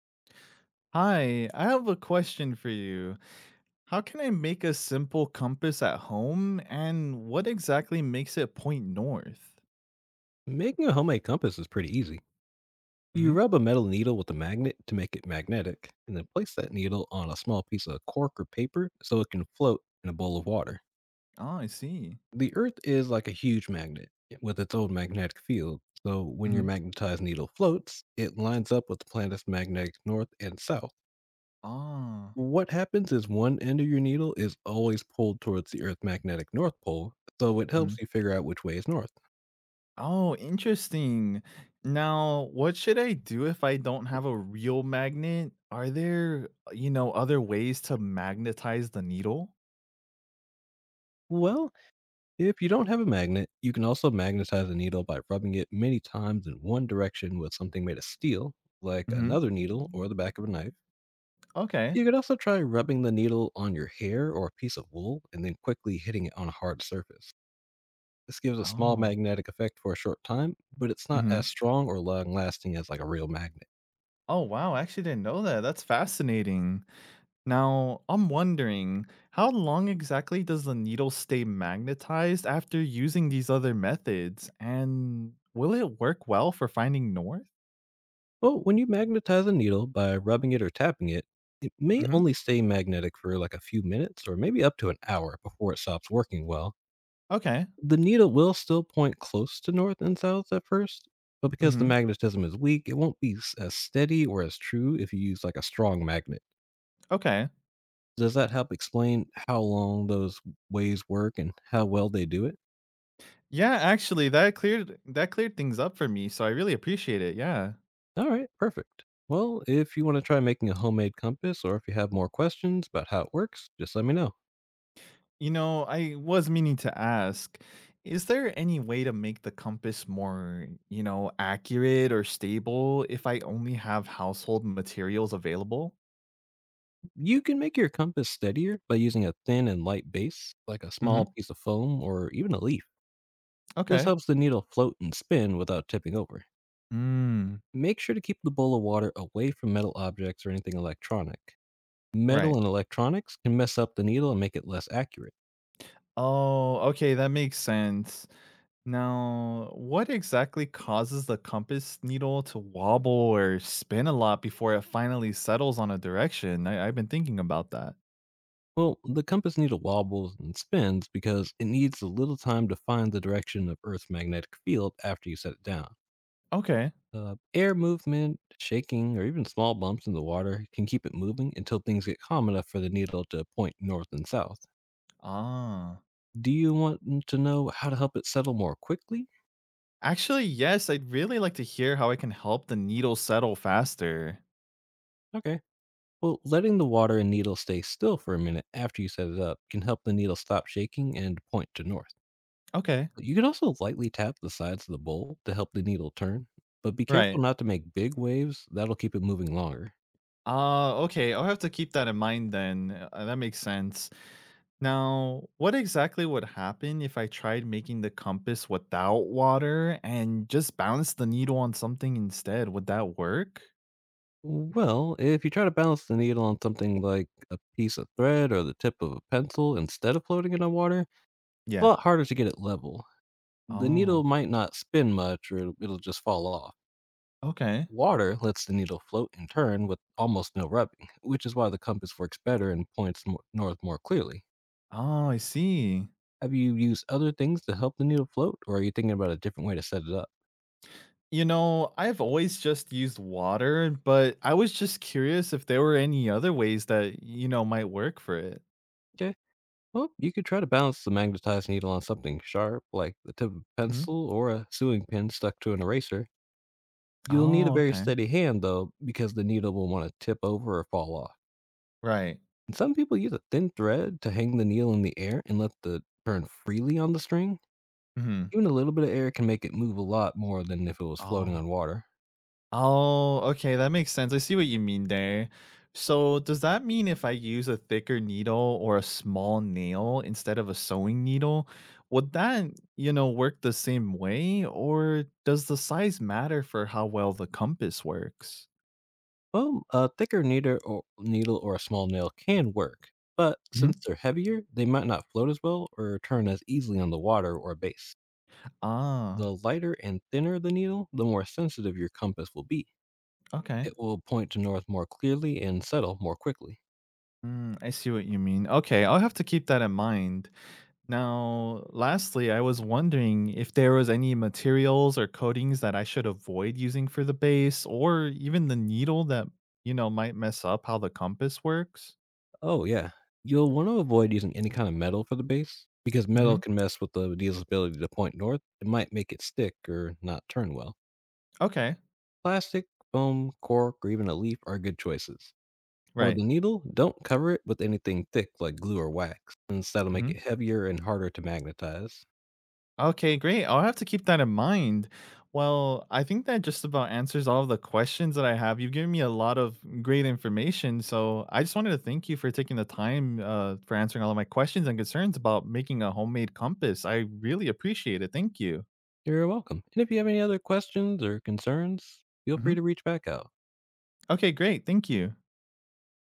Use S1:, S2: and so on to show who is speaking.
S1: Hi, I have a question for you. How can I make a simple compass at home and what exactly makes it point north?
S2: Making a homemade compass is pretty easy. You
S1: Hmm.
S2: rub a metal needle with a magnet to make it magnetic, and then place that needle on a small piece of cork or paper so it can float in a bowl of water.
S1: Oh, I see.
S2: The Earth is like a huge magnet with its own magnetic field, so when your
S1: Hmm.
S2: magnetized needle floats, it lines up with the planet's magnetic north and south.
S1: Oh.
S2: What happens is one end of your needle is always pulled towards the Earth's magnetic north pole, so it
S1: Mhm.
S2: helps you figure out which way is north.
S1: Oh, interesting. Now, what should I do if I don't have a real magnet? Are there, other ways to magnetize the needle?
S2: Well, if you don't have a magnet, you can also magnetize a needle by rubbing it many times in one direction with something made of steel, like
S1: Hmm.
S2: another needle or the back of a knife.
S1: Okay.
S2: You could also try rubbing the needle on your hair or a piece of wool and then quickly hitting it on a hard surface. This gives a small
S1: Oh.
S2: magnetic effect for a short time, but it's not as
S1: Hmm.
S2: strong or long lasting as like a real magnet.
S1: Oh, wow. I actually didn't know that. That's fascinating. Now, I'm wondering, how long exactly does the needle stay magnetized after using these other methods? And will it work well for finding north?
S2: Well, when you magnetize a needle by rubbing it or tapping it, it may
S1: Hmm.
S2: only stay magnetic for like a few minutes or maybe up to an hour before it stops working well
S1: Okay.
S2: The needle will still point close to north and south at first, but because the
S1: Hmm.
S2: magnetism is weak, it won't be as steady or as true if you use like a strong magnet.
S1: Okay.
S2: Does that help explain how long those ways work and how well they do it?
S1: Yeah, actually, that cleared things up for me, so I really appreciate it. Yeah.
S2: All right, perfect. Well, if you want to try making a homemade compass or if you have more questions about how it works, just let me know.
S1: I was meaning to ask, is there any way to make the compass more accurate or stable if I only have household materials available?
S2: You can make your compass steadier by using a thin and light base, like a
S1: Hmm.
S2: small piece of foam or even a leaf. This
S1: Okay.
S2: helps the needle float and spin without tipping over.
S1: Mm.
S2: Make sure to keep the bowl of water away from metal objects or anything electronic. Metal
S1: Right.
S2: and electronics can mess up the needle and make it less accurate.
S1: Oh, okay, that makes sense. Now, what exactly causes the compass needle to wobble or spin a lot before it finally settles on a direction? I've been thinking about that.
S2: Well, the compass needle wobbles and spins because it needs a little time to find the direction of Earth's magnetic field after you set it down.
S1: Okay.
S2: Air movement, shaking, or even small bumps in the water can keep it moving until things get calm enough for the needle to point north and south.
S1: Ah.
S2: Do you want to know how to help it settle more quickly?
S1: Actually, yes, I'd really like to hear how I can help the needle settle faster.
S2: Okay. Well, letting the water and needle stay still for a minute after you set it up can help the needle stop shaking and point to north.
S1: Okay.
S2: You can also lightly tap the sides of the bowl to help the needle turn, but be careful
S1: Right.
S2: not to make big waves, that'll keep it moving longer.
S1: Ah, okay, I'll have to keep that in mind then, that makes sense. Now, what exactly would happen if I tried making the compass without water and just bounced the needle on something instead? Would that work?
S2: Well, if you try to balance the needle on something like a piece of thread or the tip of a pencil instead of floating in the water, it's a
S1: Yeah.
S2: lot harder to get it level. The needle
S1: Oh,
S2: might not spin much, or it'll just fall off.
S1: okay.
S2: Water lets the needle float and turn with almost no rubbing, which is why the compass works better and points north more clearly.
S1: Oh, I see.
S2: Have you used other things to help the needle float, or are you thinking about a different way to set it up?
S1: I've always just used water, but I was just curious if there were any other ways that might work for it.
S2: Okay, well, you could try to balance the magnetized needle on something sharp, like the tip of a
S1: Mhm.
S2: pencil or a sewing pin stuck to an eraser. You'll need a
S1: Oh,
S2: very
S1: okay.
S2: steady hand, though, because the needle will want to tip over or fall off.
S1: Right.
S2: And some people use a thin thread to hang the needle in the air and let the turn freely on the string
S1: Mhm.
S2: Even a little bit of air can make it move a lot more than if it was floating on
S1: Oh.
S2: water.
S1: Oh, okay, that makes sense. I see what you mean there. So, does that mean if I use a thicker needle or a small nail instead of a sewing needle, would that work the same way? Or does the size matter for how well the compass works?
S2: Well, a thicker needle or a small nail can work, but
S1: Hmm.
S2: since they're heavier, they might not float as well or turn as easily on the water or base.
S1: Ah,
S2: The lighter and thinner the needle, the more sensitive your compass will be.
S1: okay.
S2: It will point to north more clearly and settle more quickly.
S1: Mm, I see what you mean. Okay, I'll have to keep that in mind. Now, lastly, I was wondering if there was any materials or coatings that I should avoid using for the base or even the needle that might mess up how the compass works.
S2: Oh, yeah. You'll want to avoid using any kind of metal for the base, because metal
S1: Mhm.
S2: can mess with the needle's ability to point north. It might make it stick or not turn well.
S1: Okay.
S2: Plastic, foam, cork, or even a leaf are good choices. For
S1: Right.
S2: the needle, don't cover it with anything thick like glue or wax, since that'll make
S1: Mhm.
S2: it heavier and harder to magnetize.
S1: Okay, great. I'll have to keep that in mind. Well, I think that just about answers all of the questions that I have. You've given me a lot of great information, so I just wanted to thank you for taking the time for answering all of my questions and concerns about making a homemade compass. I really appreciate it. Thank you.
S2: You're welcome. And if you have any other questions or concerns, feel free
S1: Mhm.
S2: to reach back out.
S1: Okay, great. Thank you.